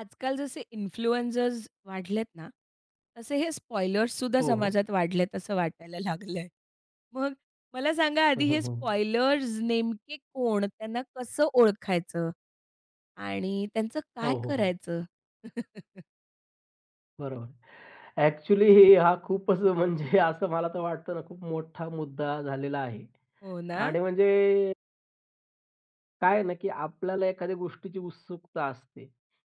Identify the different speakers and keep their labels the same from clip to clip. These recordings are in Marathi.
Speaker 1: आजकाल जसे इन्फ्लुएन्सर्स वाढलेत ना, तसे हे स्पॉयलर्ससुद्धा
Speaker 2: हो, हो.
Speaker 1: समाजात वाढलेत असं वाटायला लागलंय. मग मला सांगा
Speaker 2: हं,
Speaker 1: आधी
Speaker 2: हं,
Speaker 1: हे
Speaker 2: हं.
Speaker 1: स्पॉयलर्स नेमके कोण? त्यांना कसं ओळखायचं? आणि त्यांचं काय
Speaker 2: हो, हो, हो.
Speaker 1: करायचं?
Speaker 2: बरोबर. ॲक्चुअली हा खूपच म्हणजे असं मला तर वाटतं ना, खूप मोठा मुद्दा झालेला आहे.
Speaker 1: हो ना?
Speaker 2: आणि म्हणजे काय आहे ना, की आपल्याला एखाद्या गोष्टीची उत्सुकता असते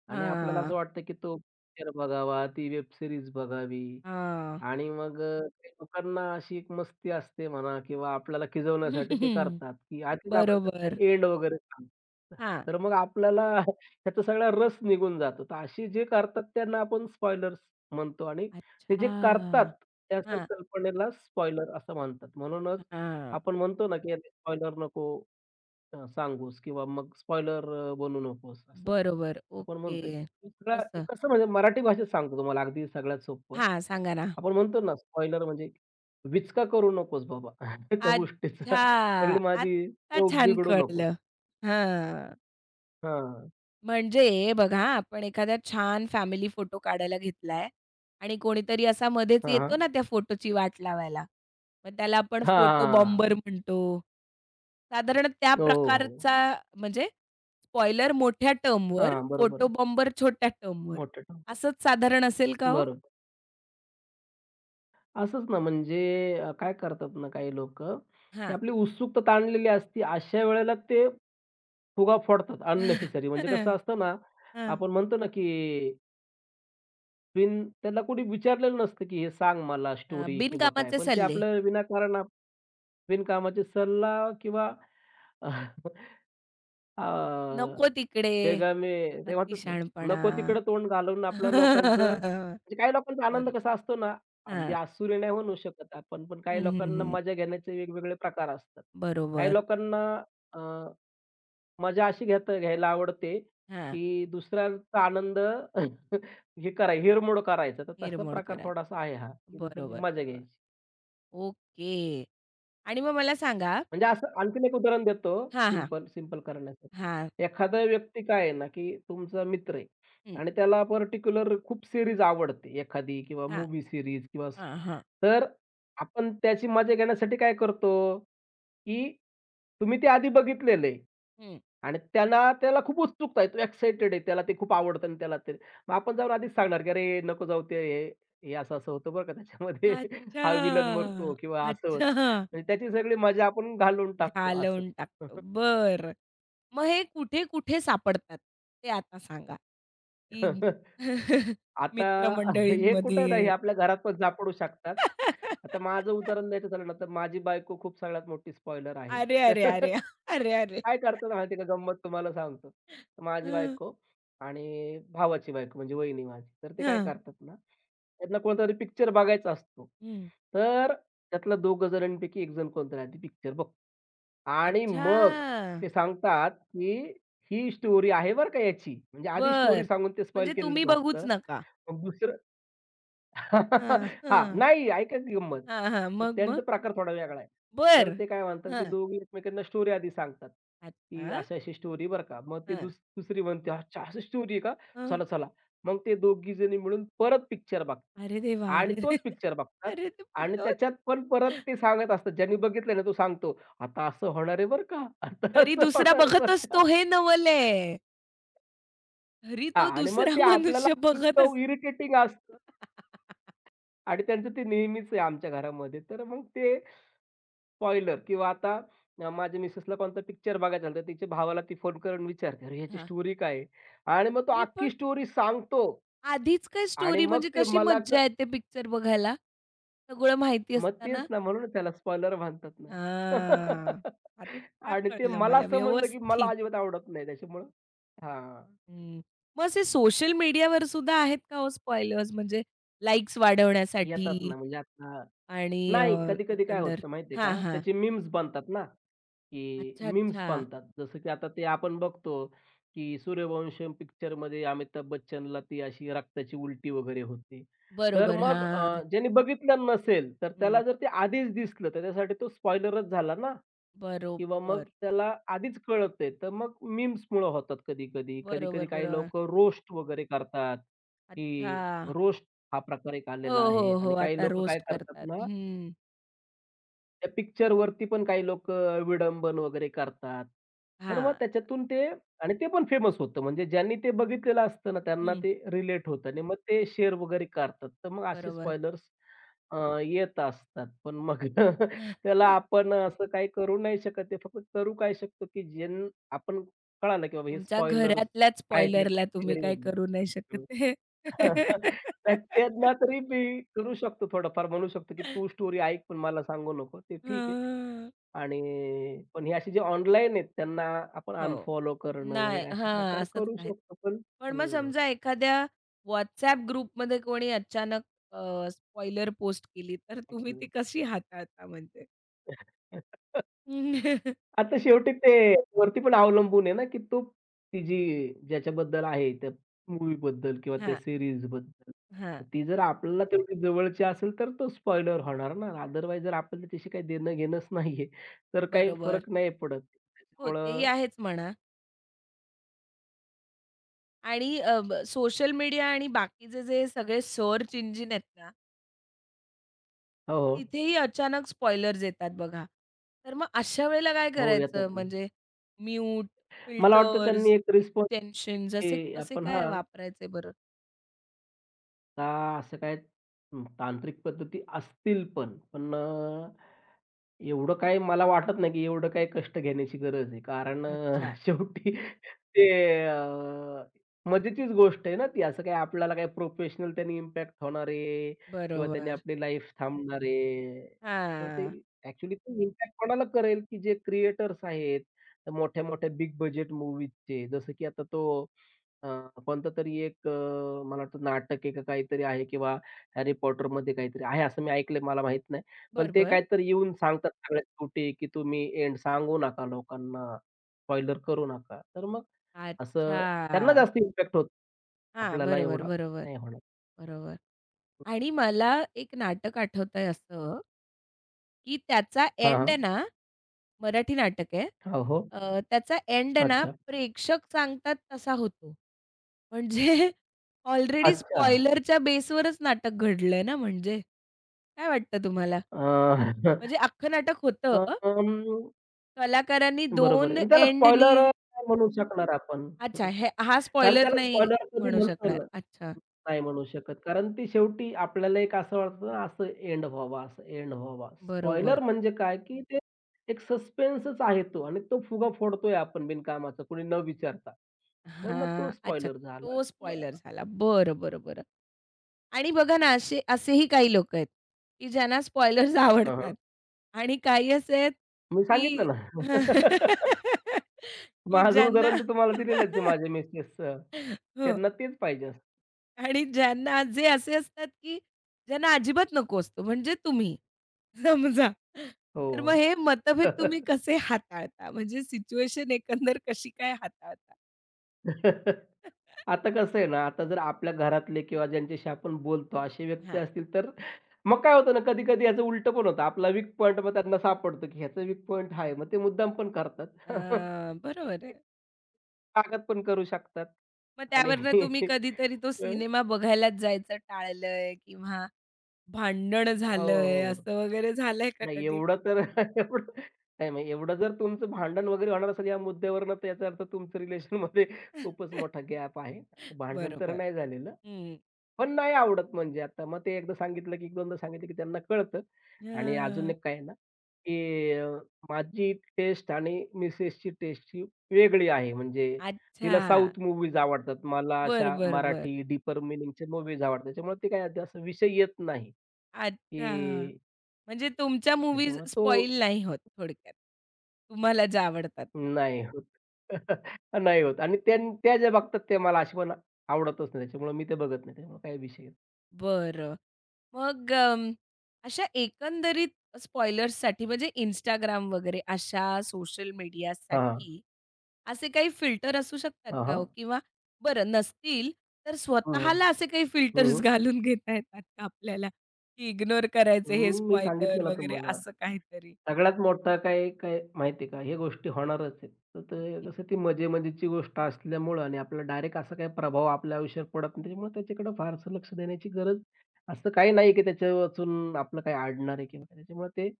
Speaker 2: आणि आपल्याला
Speaker 1: हां,
Speaker 2: असं वाटतं, की तो पिक्चर बघावा, ती वेब सीरीज बघावी.
Speaker 1: हां.
Speaker 2: आणि मग काही लोकांना अशी एक मस्ती असते म्हणा किंवा आपल्याला खिजवण्यासाठी ते करतात, की आधीच आपल्याला
Speaker 1: बरोबर.
Speaker 2: त्याचा एंड वगैरे सांगतात.
Speaker 1: हां.
Speaker 2: तर मग आपल्याला त्याचा सगळा रस निघून जातो. तर असे जे करतात त्यांना आपण स्पॉयलर्स म्हणतो. आणि ते जे
Speaker 1: अच्छा.
Speaker 2: करतात त्या
Speaker 1: हां,
Speaker 2: संकल्पनेला स्पॉइलर असं म्हणतात. म्हणूनच
Speaker 1: हां.
Speaker 2: आपण म्हणतो ना, की "स्पॉइलर नको." सांगूस किंवा मग स्पॉइलर बनू नकोस, असं
Speaker 1: बरोबर.
Speaker 2: आपण म्हणतो,
Speaker 1: ओके.
Speaker 2: की सगळ्या
Speaker 1: तसं.
Speaker 2: कसं म्हणजे मराठी भाषेत सांगतो तुम्हाला अगदी सगळ्यात सोपं.
Speaker 1: हां, सांगा ना.
Speaker 2: आपण म्हणतो ना स्पॉइलर म्हणजे विचका करू नकोस बाबा त्या गोष्टीचा
Speaker 1: अच्छा!
Speaker 2: सगळी माझी
Speaker 1: आत्ता
Speaker 2: चव
Speaker 1: छान
Speaker 2: बिघडू नकोस.
Speaker 1: कळलं. हां.
Speaker 2: हां.
Speaker 1: म्हणजे बघा आपण एखादा छान फॅमिली फोटो काढायला घेतलाय आणि कोणीतरी असा मध्येच
Speaker 2: हां,
Speaker 1: येतो
Speaker 2: हां.
Speaker 1: ना त्या फोटोची वाट लावायला. मग त्याला आपण फोटो
Speaker 2: हां.
Speaker 1: बॉम्बर म्हणतो. साधारण त्या
Speaker 2: हो, हो, हो.
Speaker 1: प्रकारचा म्हणजे स्पॉइलर मोठ्या टर्मवर,
Speaker 2: हां, बरोबर
Speaker 1: फोटो
Speaker 2: आहे.
Speaker 1: बॉम्बर छोट्या टर्मवर
Speaker 2: मोठं टाक.
Speaker 1: असंच साधारण असेल का हो?
Speaker 2: बरोबर. असंच ना, म्हणजे काय करतात ना काही लोक, की
Speaker 1: हां.
Speaker 2: आपली उत्सुकता ताणलेली असते. अशा वेळेला ते फुगा फोडतात अननेसेसरी. म्हणजे
Speaker 1: हां.
Speaker 2: कसं असतं ना,
Speaker 1: हां.
Speaker 2: आपण म्हणतो ना, की बिन त्याला कोणी विचारलेलं नसतं, की "हे सांग मला स्टोरी" किंवा काय.
Speaker 1: बिनकामाचे
Speaker 2: पण ते
Speaker 1: सल्ले.
Speaker 2: आपलं विनाकारण, बिनकामाचे सल्ला किंवा हां.
Speaker 1: नको तिकडे.
Speaker 2: "बेगामे" ते
Speaker 1: अति
Speaker 2: म्हणतात ना,
Speaker 1: शहाणपणा.
Speaker 2: नको तिकडं तोंड घालवून आपल्या लोकांचं म्हणजे काही लोकांचा आनंद
Speaker 1: बरोबर.
Speaker 2: कसा असतो ना, अगदी
Speaker 1: हां.
Speaker 2: आसुरी नाही म्हणू शकत आपण, पण
Speaker 1: हं,
Speaker 2: काही
Speaker 1: हं,
Speaker 2: लोकांना
Speaker 1: हं.
Speaker 2: मजा घेण्याचे वेगवेगळे प्रकार असतात. काही
Speaker 1: बरोबर.
Speaker 2: लोकांना अ, मजा अशी घ्यायला आवडते,
Speaker 1: हां.
Speaker 2: की दुसऱ्यांचा आनंद हे कराय हिरमोड करायचा. तर तसा
Speaker 1: हिरमोड
Speaker 2: प्रकार
Speaker 1: करायचं.
Speaker 2: थोडासा आहे हा, की दुसऱ्याची
Speaker 1: बरोबर,
Speaker 2: मजा
Speaker 1: बरोबर.
Speaker 2: घ्यायची.
Speaker 1: ओके. आणि मग मला सांगा
Speaker 2: म्हणजे असं आणखीन एक उदाहरण देतो
Speaker 1: हां, हां,
Speaker 2: सिंपल सिंपल करण्यासाठी.
Speaker 1: हां.
Speaker 2: एखादा व्यक्ती काय आहे ना, की तुमचा मित्र आहे
Speaker 1: हं.
Speaker 2: आणि त्याला पर्टिक्युलर खूप सीरीज आवडते एखादी किंवा
Speaker 1: हां,
Speaker 2: मूव्ही सीरीज किंवा स-.
Speaker 1: हां, हां.
Speaker 2: तर आपण त्याची मजा घेण्यासाठी काय करतो, की तुम्ही ते आधी बघितलेलं
Speaker 1: हं.
Speaker 2: आणि त्याला खूप उत्सुकता आहे. तो एक्साइटेड आहे. त्याला ते खूप आवडतं आणि त्याला ते मग आपण जाऊन आधीच सांगणार, की "अरे नको जाऊ ते हे हे असं-असं होतं बरं का त्याच्यामध्ये हा विलन
Speaker 1: अच्छा.
Speaker 2: मरतो किंवा असं होतं."
Speaker 1: अच्छा.
Speaker 2: म्हणजे त्याची सगळी मजा आपण घालवून टाकतो असं.
Speaker 1: घालवून टाकतो. बरं. मग हे कुठे-कुठे सापडतात ते आता सांगा, की
Speaker 2: आता हे कुठं नाही
Speaker 1: मित्रमंडळींमध्ये?
Speaker 2: आपल्या घरात पण सापडू शकतात. आता माझं उदाहरण द्यायचं झालं ना, तर माझी बायको खूप सगळ्यात मोठी स्पॉइलर आहे.
Speaker 1: अरे, अरे,
Speaker 2: तर
Speaker 1: अरे! अरे, अरे!
Speaker 2: काय करतो ना, माहिती आहे का गंमत तुम्हाला सांगतो. तर माझी
Speaker 1: हं,
Speaker 2: बायको आणि भावाची बायको म्हणजे वहिनी माझी. तर ते काय
Speaker 1: हां,
Speaker 2: करतात ना, त्यांना कोणतातरी पिक्चर बघायचा असतो.
Speaker 1: हं.
Speaker 2: तर त्यातला दोघं जणांपैकी एक जण कोणतरी आधी पिक्चर आणि मग
Speaker 1: अच्छा!
Speaker 2: ते सांगतात, की ही स्टोरी आहे बरं का याची. म्हणजे आधी स्टोरी
Speaker 1: बरं.
Speaker 2: सांगून ते स्पॉईल
Speaker 1: म्हणजे तुम्ही
Speaker 2: केलेलंच
Speaker 1: बघूच
Speaker 2: असतं.
Speaker 1: नका.
Speaker 2: मग दुसरं
Speaker 1: हां,
Speaker 2: हां,
Speaker 1: हां.
Speaker 2: नाही ऐका की गंमत.
Speaker 1: हां, हां.
Speaker 2: तर
Speaker 1: मग, मग?
Speaker 2: त्यांचा प्रकार थोडा वेगळा आहे. तर
Speaker 1: बरं.
Speaker 2: ते काय म्हणतात, की
Speaker 1: हां.
Speaker 2: दोघे एकमेकांना स्टोरी आधी सांगतात, की
Speaker 1: अच्छा.
Speaker 2: अशी-अशी स्टोरी बरं का. मग ती
Speaker 1: हां.
Speaker 2: दुसरी म्हणते, "अच्छा अशी स्टोरी आहे का?
Speaker 1: हं.
Speaker 2: चला, चला." मग ते दोघी जणी मिळून परत पिक्चर बघतात
Speaker 1: अरे देवा! अरे
Speaker 2: आणि
Speaker 1: रे!
Speaker 2: तोच पिक्चर बघतात
Speaker 1: अरे
Speaker 2: आणि
Speaker 1: देवा!
Speaker 2: त्याच्यात पण परत ते सांगत असतात. ज्यांनी बघितलं ना तो सांगतो, "आता असं होणार आहे बरं का, आता
Speaker 1: तरी
Speaker 2: असं
Speaker 1: दुसरा
Speaker 2: होणार आहे
Speaker 1: बघत
Speaker 2: बरं का."
Speaker 1: असतो हे नवल आहे. तरी
Speaker 2: हां
Speaker 1: तो
Speaker 2: आणि मग
Speaker 1: दुसरा
Speaker 2: ते आपल्याला
Speaker 1: मनुष्य बघत
Speaker 2: इतकं
Speaker 1: असतो.
Speaker 2: इरिटेटिंग असतं आणि त्यांचं ते नेहमीच आहे आमच्या घरामध्ये. तर मग ते स्पॉइलर किंवा आता माझ्या मिसेसला कोणता पिक्चर बघायचा झाला तर तिच्या भावाला ती फोन करून विचारते, "अरे, ह्याची
Speaker 1: हां.
Speaker 2: स्टोरी काय आहे?" आणि मग तो
Speaker 1: अरे
Speaker 2: अख्खी
Speaker 1: पण
Speaker 2: स्टोरी सांगतो.
Speaker 1: आधीच काय
Speaker 2: आणि
Speaker 1: स्टोरी
Speaker 2: मग
Speaker 1: म्हणजे
Speaker 2: ते
Speaker 1: कशी
Speaker 2: मला
Speaker 1: मज्जा येते पिक्चर बघायला? सगळं माहिती
Speaker 2: मग
Speaker 1: असताना?
Speaker 2: तेच ना, म्हणूनच त्याला स्पॉइलर म्हणतात ना.
Speaker 1: हां. आता
Speaker 2: आणि ते
Speaker 1: कळलं
Speaker 2: मला
Speaker 1: मला
Speaker 2: समजलं, की
Speaker 1: व्यवस्थित.
Speaker 2: मला अजिबात आवडत नाही त्याच्यामुळं. हां,
Speaker 1: हं. मग असे सोशल मीडियावर सुद्धा आहेत का हो स्पॉयलर्स म्हणजे लाईक्स
Speaker 2: येतात
Speaker 1: वाढवण्यासाठी
Speaker 2: ना म्हणजे आता
Speaker 1: आणि
Speaker 2: नाही, कधी-कधी काय
Speaker 1: एकंदर?
Speaker 2: होतं माहिती आहे
Speaker 1: हां,
Speaker 2: का,
Speaker 1: हां.
Speaker 2: त्याचे मीम्स बनतात ना, की
Speaker 1: अच्छा,
Speaker 2: मीम्स
Speaker 1: अच्छा.
Speaker 2: बनतात. जसं की आता ते आपण बघतो, की सूर्यवंशम पिक्चरमध्ये अमिताभ बच्चनला ती अशी रक्ताची उलटी वगैरे होती. तर
Speaker 1: बरोबर.
Speaker 2: मग
Speaker 1: हां.
Speaker 2: ज्याने बघितलं नसेल, तर
Speaker 1: हं.
Speaker 2: त्याला जर ते आधीच दिसलं, तर त्यासाठी तो स्पॉइलरच झाला ना किंवा मग
Speaker 1: बरोबर.
Speaker 2: त्याला आधीच कळतंय, तर मग मीम्समुळं होतात कधी-कधी. कधी-कधी
Speaker 1: बरोबर,
Speaker 2: काही
Speaker 1: बरोबर.
Speaker 2: लोकं रोस्ट वगैरे करतात,
Speaker 1: अच्छा.
Speaker 2: की रोस्ट हा प्रकार एक
Speaker 1: हो,
Speaker 2: आलेला आहे
Speaker 1: हो, हो.
Speaker 2: आणि काही
Speaker 1: आता
Speaker 2: लोकं काय
Speaker 1: रोस्ट
Speaker 2: करतात
Speaker 1: करतात.
Speaker 2: ना
Speaker 1: हं.
Speaker 2: त्या पिक्चरवरती पण काही लोकं विडंबन वगैरे करतात. तर मग
Speaker 1: हां.
Speaker 2: त्याच्यातून ते आणि ते पण फेमस होतं. म्हणजे ज्यांनी ते बघितलेलं असतं ना, त्यांना
Speaker 1: हं.
Speaker 2: ते रिलेट होतं आणि मग ते शेअर वगैरे करतात. तर मग असे
Speaker 1: बरोबर.
Speaker 2: स्पॉयलर्स अ, येत असतात. पण मग त्याला आपण असं काही करू नाही शकत. ते फक्त करू काय शकतो, की आपण कळालं, की बाबा हे
Speaker 1: तुमच्या
Speaker 2: स्पॉयलर्स
Speaker 1: घरातल्याच
Speaker 2: आहेत या
Speaker 1: स्पॉइलरला तुम्ही काही
Speaker 2: कॅटेगरीमधले.
Speaker 1: करू नाही
Speaker 2: हं.
Speaker 1: शकत.
Speaker 2: तर त्यांना तरी मी करू शकतो थोडंफार म्हणू शकतो, की तू स्टोरी ऐक पण मला सांगू नको. ते ठीक आहे.
Speaker 1: हं,
Speaker 2: आणि पण हे असे जे ऑनलाईन आहेत त्यांना आपण
Speaker 1: हो.
Speaker 2: अनफॉलो करणं
Speaker 1: नाही
Speaker 2: वगैरे असे
Speaker 1: हां,
Speaker 2: प्रकार
Speaker 1: असंच
Speaker 2: करू
Speaker 1: काही.
Speaker 2: शकतो. पण
Speaker 1: पण मग
Speaker 2: हं,
Speaker 1: समजा एखाद्या WhatsApp ग्रुपमध्ये कोणी अचानक स्पॉइलर पोस्ट केली, तर तुम्ही ती
Speaker 2: हं.
Speaker 1: कशी हाताळता म्हणजे?
Speaker 2: आता शेवटी ते वरती पण अवलंबून आहे ना, की ती जी ज्याच्याबद्दल आहे त्या मूव्हीबद्दल किंवा त्या
Speaker 1: हां,
Speaker 2: सीरीजबद्दल.
Speaker 1: हां.
Speaker 2: ती जर आपल्याला तेवढी जवळची असेल तर तो स्पॉइलर होणार ना. अदरवाईज जर आपल्याला त्याच्याशी काही देणं घेणंच नाहीये, तर काही
Speaker 1: बरोबर.
Speaker 2: फरक नाही पडत.
Speaker 1: हो, तेही
Speaker 2: त्याच्यामुळं
Speaker 1: आहेच म्हणा आणि सोशल मीडिया आणि बाकीचे जे सगळे सर्च इंजिन आहेत
Speaker 2: हो, हो.
Speaker 1: तिथेही अचानक स्पॉइलर्स येतात बघा. तर मग अशा वेळेला काय
Speaker 2: हो,
Speaker 1: करायचं?
Speaker 2: येतात ना.
Speaker 1: म्हणजे म्यूट,
Speaker 2: मला वाटतं
Speaker 1: फिल्टर्स,
Speaker 2: त्यांनी एक
Speaker 1: एक्सटेन्शन्स असे
Speaker 2: रिस्पॉन्सिबिलिटी
Speaker 1: कसे
Speaker 2: आपण
Speaker 1: काय
Speaker 2: हां.
Speaker 1: वापरायचे बरं?
Speaker 2: का असं काय तांत्रिक पद्धती असतील पण, पण एवढं काही मला वाटत नाही, की एवढं काही कष्ट घेण्याची गरज आहे. कारण
Speaker 1: अच्छा.
Speaker 2: शेवटी ते अ, मजेचीच गोष्ट आहे ना ती. असं काही आपल्याला काही प्रोफेशनल त्याने इम्पॅक्ट होणार आहे किंवा त्याने
Speaker 1: बरोबर.
Speaker 2: आपली लाईफ थांबणार आहे. तर ते
Speaker 1: हां.
Speaker 2: ॲक्चुअली ते इम्पॅक्ट कोणाला करेल, की जे क्रिएटर्स आहेत, तर मोठ्या-मोठ्या बिग बजेट मूव्हीजचे. जसं की आता तो अ, कोणता तरी एक मला वाटतं नाटक आहे का काहीतरी आहे किंवा हॅरी पॉटरमध्ये काहीतरी आहे असं मी ऐकलंय, मला माहीत नाही. पण ते
Speaker 1: बरोबर.
Speaker 2: काहीतरी येऊन सांगतात सगळ्या शेवटी, की तुम्ही एंड सांगू नका लोकांना, स्पॉइलर करू नका. तर मग असं त्यांना
Speaker 1: अच्छा.
Speaker 2: जास्त इम्पॅक्ट होतो.
Speaker 1: हां.
Speaker 2: आपल्याला
Speaker 1: बरोबर,
Speaker 2: एवढा
Speaker 1: बरोबर.
Speaker 2: नाही होणार.
Speaker 1: बरोबर. आणि मला एक नाटक आठवतंय असं की त्याचा
Speaker 2: हां,
Speaker 1: एंड
Speaker 2: हां.
Speaker 1: ना मराठी नाटक आहे.
Speaker 2: हो, हो.
Speaker 1: त्याचा एंड ना
Speaker 2: अच्छा.
Speaker 1: प्रेक्षक सांगतात तसा होतो. म्हणजे ऑलरेडी
Speaker 2: अच्छा.
Speaker 1: स्पॉइलरच्या बेसवरच नाटक घडलंय ना म्हणजे. काय वाटतं तुम्हाला?
Speaker 2: अ,
Speaker 1: म्हणजे अख्खं नाटक होतं.
Speaker 2: अं,
Speaker 1: कलाकारांनी
Speaker 2: बरोबर
Speaker 1: 2
Speaker 2: आहे. आणि त्याला
Speaker 1: एंडनी
Speaker 2: स्पॉइलर नाही म्हणू शकणार आपण.
Speaker 1: अच्छा हे हा
Speaker 2: कारण
Speaker 1: स्पॉइलर
Speaker 2: त्याला
Speaker 1: नाही
Speaker 2: स्पॉइलर कधी
Speaker 1: म्हणू
Speaker 2: म्हणता येईल
Speaker 1: शकणार.
Speaker 2: ना
Speaker 1: अच्छा.
Speaker 2: नाही म्हणू शकत. कारण ती शेवटी आपल्याला एक असं वाटतं ना, असं एंड व्हावा, असं एंड व्हावा. स्पॉइलर
Speaker 1: बरोबर.
Speaker 2: म्हणजे काय, की ते एक सस्पेन्सच आहे तो आणि तो फुगा फोडतोय आपण बिनकामाचा कुणी न विचारता. तर मग तो
Speaker 1: हां. अच्छा.
Speaker 2: स्पॉइलर झाला
Speaker 1: तो
Speaker 2: किंवा
Speaker 1: स्पॉइलर झाला. बरं, बरं, बरं. आणि बघा ना, असे असेही काही लोकं आहेत, की ज्यांना स्पॉयलर्स
Speaker 2: हां,
Speaker 1: आवडतात
Speaker 2: हां.
Speaker 1: आणि काही असे आहेत,
Speaker 2: मी
Speaker 1: की
Speaker 2: सांगितलं ना.
Speaker 1: की
Speaker 2: माझं
Speaker 1: ज्यांना
Speaker 2: उदाहरण तर तुम्हाला दिलेलंच आहे माझ्या मिसेस.
Speaker 1: हो
Speaker 2: त्यांना तेच पाहिजे असतं.
Speaker 1: आणि ज्यांना जे असे असतात, की ज्यांना अजिबात नको असतो म्हणजे तुम्ही समजा.
Speaker 2: हो,
Speaker 1: तर मग
Speaker 2: हो.
Speaker 1: हे मतभेद तुम्ही कसे हाताळता? म्हणजे सिच्युएशन एकंदर कशी काय हाताळता?
Speaker 2: आता कसं आहे ना, आता जर आपल्या घरातले किंवा ज्यांच्याशी आपण बोलतो असे व्यक्ती
Speaker 1: हां.
Speaker 2: असतील, तर मग काय होतं ना, कधी-कधी याचं उलटं पण होतं. आपला वीक पॉइंट मग त्यांना सापडतो, की ह्याचा वीक पॉइंट हा आहे. मग ते मुद्दाम पण करतात.
Speaker 1: बरोबर आहे.
Speaker 2: ताकद पण करू शकतात
Speaker 1: मग
Speaker 2: आणि
Speaker 1: त्यावरनं तुम्ही कधीतरी तो
Speaker 2: अ,
Speaker 1: सिनेमा बघायलाच जायचं टाळलंय किंवा भांडण
Speaker 2: हो,
Speaker 1: झालंय,
Speaker 2: हो.
Speaker 1: असं वगैरे झालंय का
Speaker 2: नाही
Speaker 1: कधी?
Speaker 2: एवढं तर एवढं नाही, नाही एवढं जर तुमचं भांडण वगैरे होणार असेल या मुद्द्यावरनं, तर याचा अर्थ तुमचं रिलेशनमध्ये खूपच मोठा गॅप आहे. भांडण तर
Speaker 1: बरोबर.
Speaker 2: नाही झालेलं.
Speaker 1: हं.
Speaker 2: पण नाही आवडत म्हणजे आता. मग ते एकदा सांगितलं, की एक दोनदा सांगितलं, की त्यांना कळतं. आणि अजून
Speaker 1: हां.
Speaker 2: एक काय आहे ना, की माझी टेस्ट आणि मिसेसची टेस्ट ही वेगळी आहे. म्हणजे
Speaker 1: अच्छा.
Speaker 2: तिला साउथ मूव्हीज आवडतात. मला
Speaker 1: बर
Speaker 2: अशा
Speaker 1: बरं, बरं.
Speaker 2: मराठी डीपर मिनिंगचे मूव्हीज आवडतात. त्याच्यामुळे ते काय आहे, ते असं विषय येत नाही,
Speaker 1: अच्छा.
Speaker 2: की
Speaker 1: म्हणजे तुमच्या मूव्हीज
Speaker 2: त्याच्यामुळे तो
Speaker 1: स्पॉईल नाही होत थोडक्यात. तुम्हाला ज्या आवडतात.
Speaker 2: नाही होत. नाही होत आणि त्या त्या ज्या बघतात ते मला अशी पण आवडतच नाही. त्याच्यामुळे मी ते बघत नाही. त्यामुळे काही विषय येत
Speaker 1: बरं. मग अं, अशा एकंदरीत स्पॉयलर्ससाठी म्हणजे Instagram वगैरे अशा सोशल
Speaker 2: हां,
Speaker 1: मीडियासाठी असे काही फिल्टर असू शकतात
Speaker 2: हां. हां,
Speaker 1: का हो?
Speaker 2: हां.
Speaker 1: किंवा बरं नसतील, तर
Speaker 2: हं,
Speaker 1: स्वतःला असे काही फिल्टर्स घालून घेता येतात का आपल्याला, की इग्नोर करायचे हे
Speaker 2: हं, मी
Speaker 1: स्पॉइलर
Speaker 2: सांगितलं ना
Speaker 1: वगैरे
Speaker 2: तुम्हाला.
Speaker 1: असं काहीतरी?
Speaker 2: सगळ्यात मोठं काय काय माहिती का, हे गोष्टी होणारच आहेत. तर
Speaker 1: हं,
Speaker 2: ते कसं ती मजे-मजेची गोष्ट असल्यामुळं आणि आपला डायरेक्ट असा काही प्रभाव आपल्या आयुष्यावर पडत नाही. त्याच्यामुळे त्याच्याकडे फारसं लक्ष देण्याची गरज असं काही नाही, की त्याच्या वाचून आपलं काही अडणार आहे किंवा काय. त्याच्यामुळे ते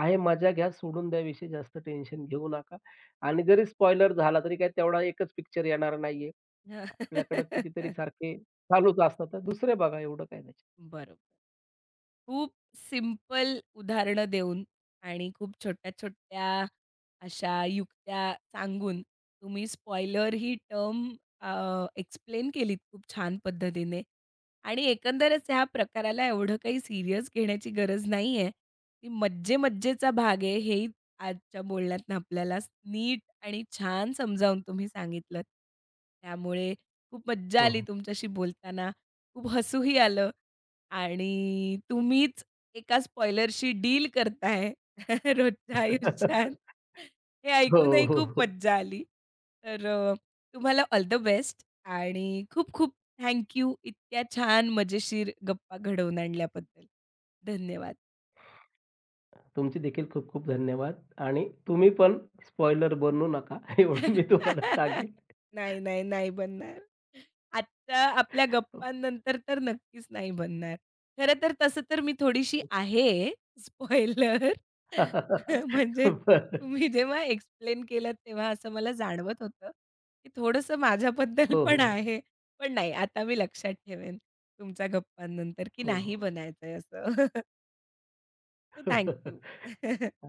Speaker 2: आहे मजा घ्या, सोडून द्या विषय. जास्त टेन्शन घेऊ नका आणि जरी स्पॉइलर झाला तरी काय तेवढा एकच पिक्चर येणार नाहीये. आपल्याकडं कितीतरी सारखे चालूच असतात. तर दुसरे बघा एवढं काय त्याच्यात.
Speaker 1: बरोबर. खूप सिंपल उदाहरणं देऊन आणि खूप छोट्या-छोट्या अशा युक्त्या सांगून तुम्ही स्पॉइलर ही टर्म एक्सप्लेन केलीत खूप छान पद्धतीने आणि एकंदरच ह्या प्रकाराला एवढं काही सीरियस घेण्याची गरज नाही आहे. ती मज्जे-मज्जेचा भाग आहे हेही आजच्या बोलण्यातनं आपल्याला नीट आणि छान समजावून तुम्ही सांगितलंत. त्यामुळे खूप मज्जा
Speaker 2: हो,
Speaker 1: आली
Speaker 2: हो.
Speaker 1: तुमच्याशी बोलताना. खूप हसूही आलं आणि तुम्हीच एका स्पॉइलरशी डील करताय रोजच्या आयुष्यात. हे
Speaker 2: हो,
Speaker 1: ऐकूनही
Speaker 2: हो,
Speaker 1: खूप
Speaker 2: हो.
Speaker 1: मज्जा आली. तर तुम्हाला ऑल द बेस्ट आणि खूप खूप थँक यू इतक्या छान मजेशीर गप्पा घडवून आणल्याबद्दल. धन्यवाद.
Speaker 2: तुमचे देखील खूप खूप धन्यवाद आणि तुम्ही पण स्पॉइलर बनू नका एवढं मी तुम्हाला सांगेल.
Speaker 1: नाही, नाही, नाही बनणार. आत्ता आपल्या
Speaker 2: हो.
Speaker 1: गप्पांनंतर तर नक्कीच नाही बनणार. खरं तर तसं तर मी थोडीशी आहे स्पॉइलर. म्हणजे
Speaker 2: बरं.
Speaker 1: तुम्ही जेव्हा एक्सप्लेन केलत तेव्हा असं मला जाणवत होतं, की थोडंसं माझ्याबद्दल
Speaker 2: हो,
Speaker 1: पण
Speaker 2: हो.
Speaker 1: आहे. पण नाही आता मी लक्षात ठेवेन तुमच्या गप्पांनंतर, की
Speaker 2: हो, हो.
Speaker 1: नाही बनायचंय असं. So thank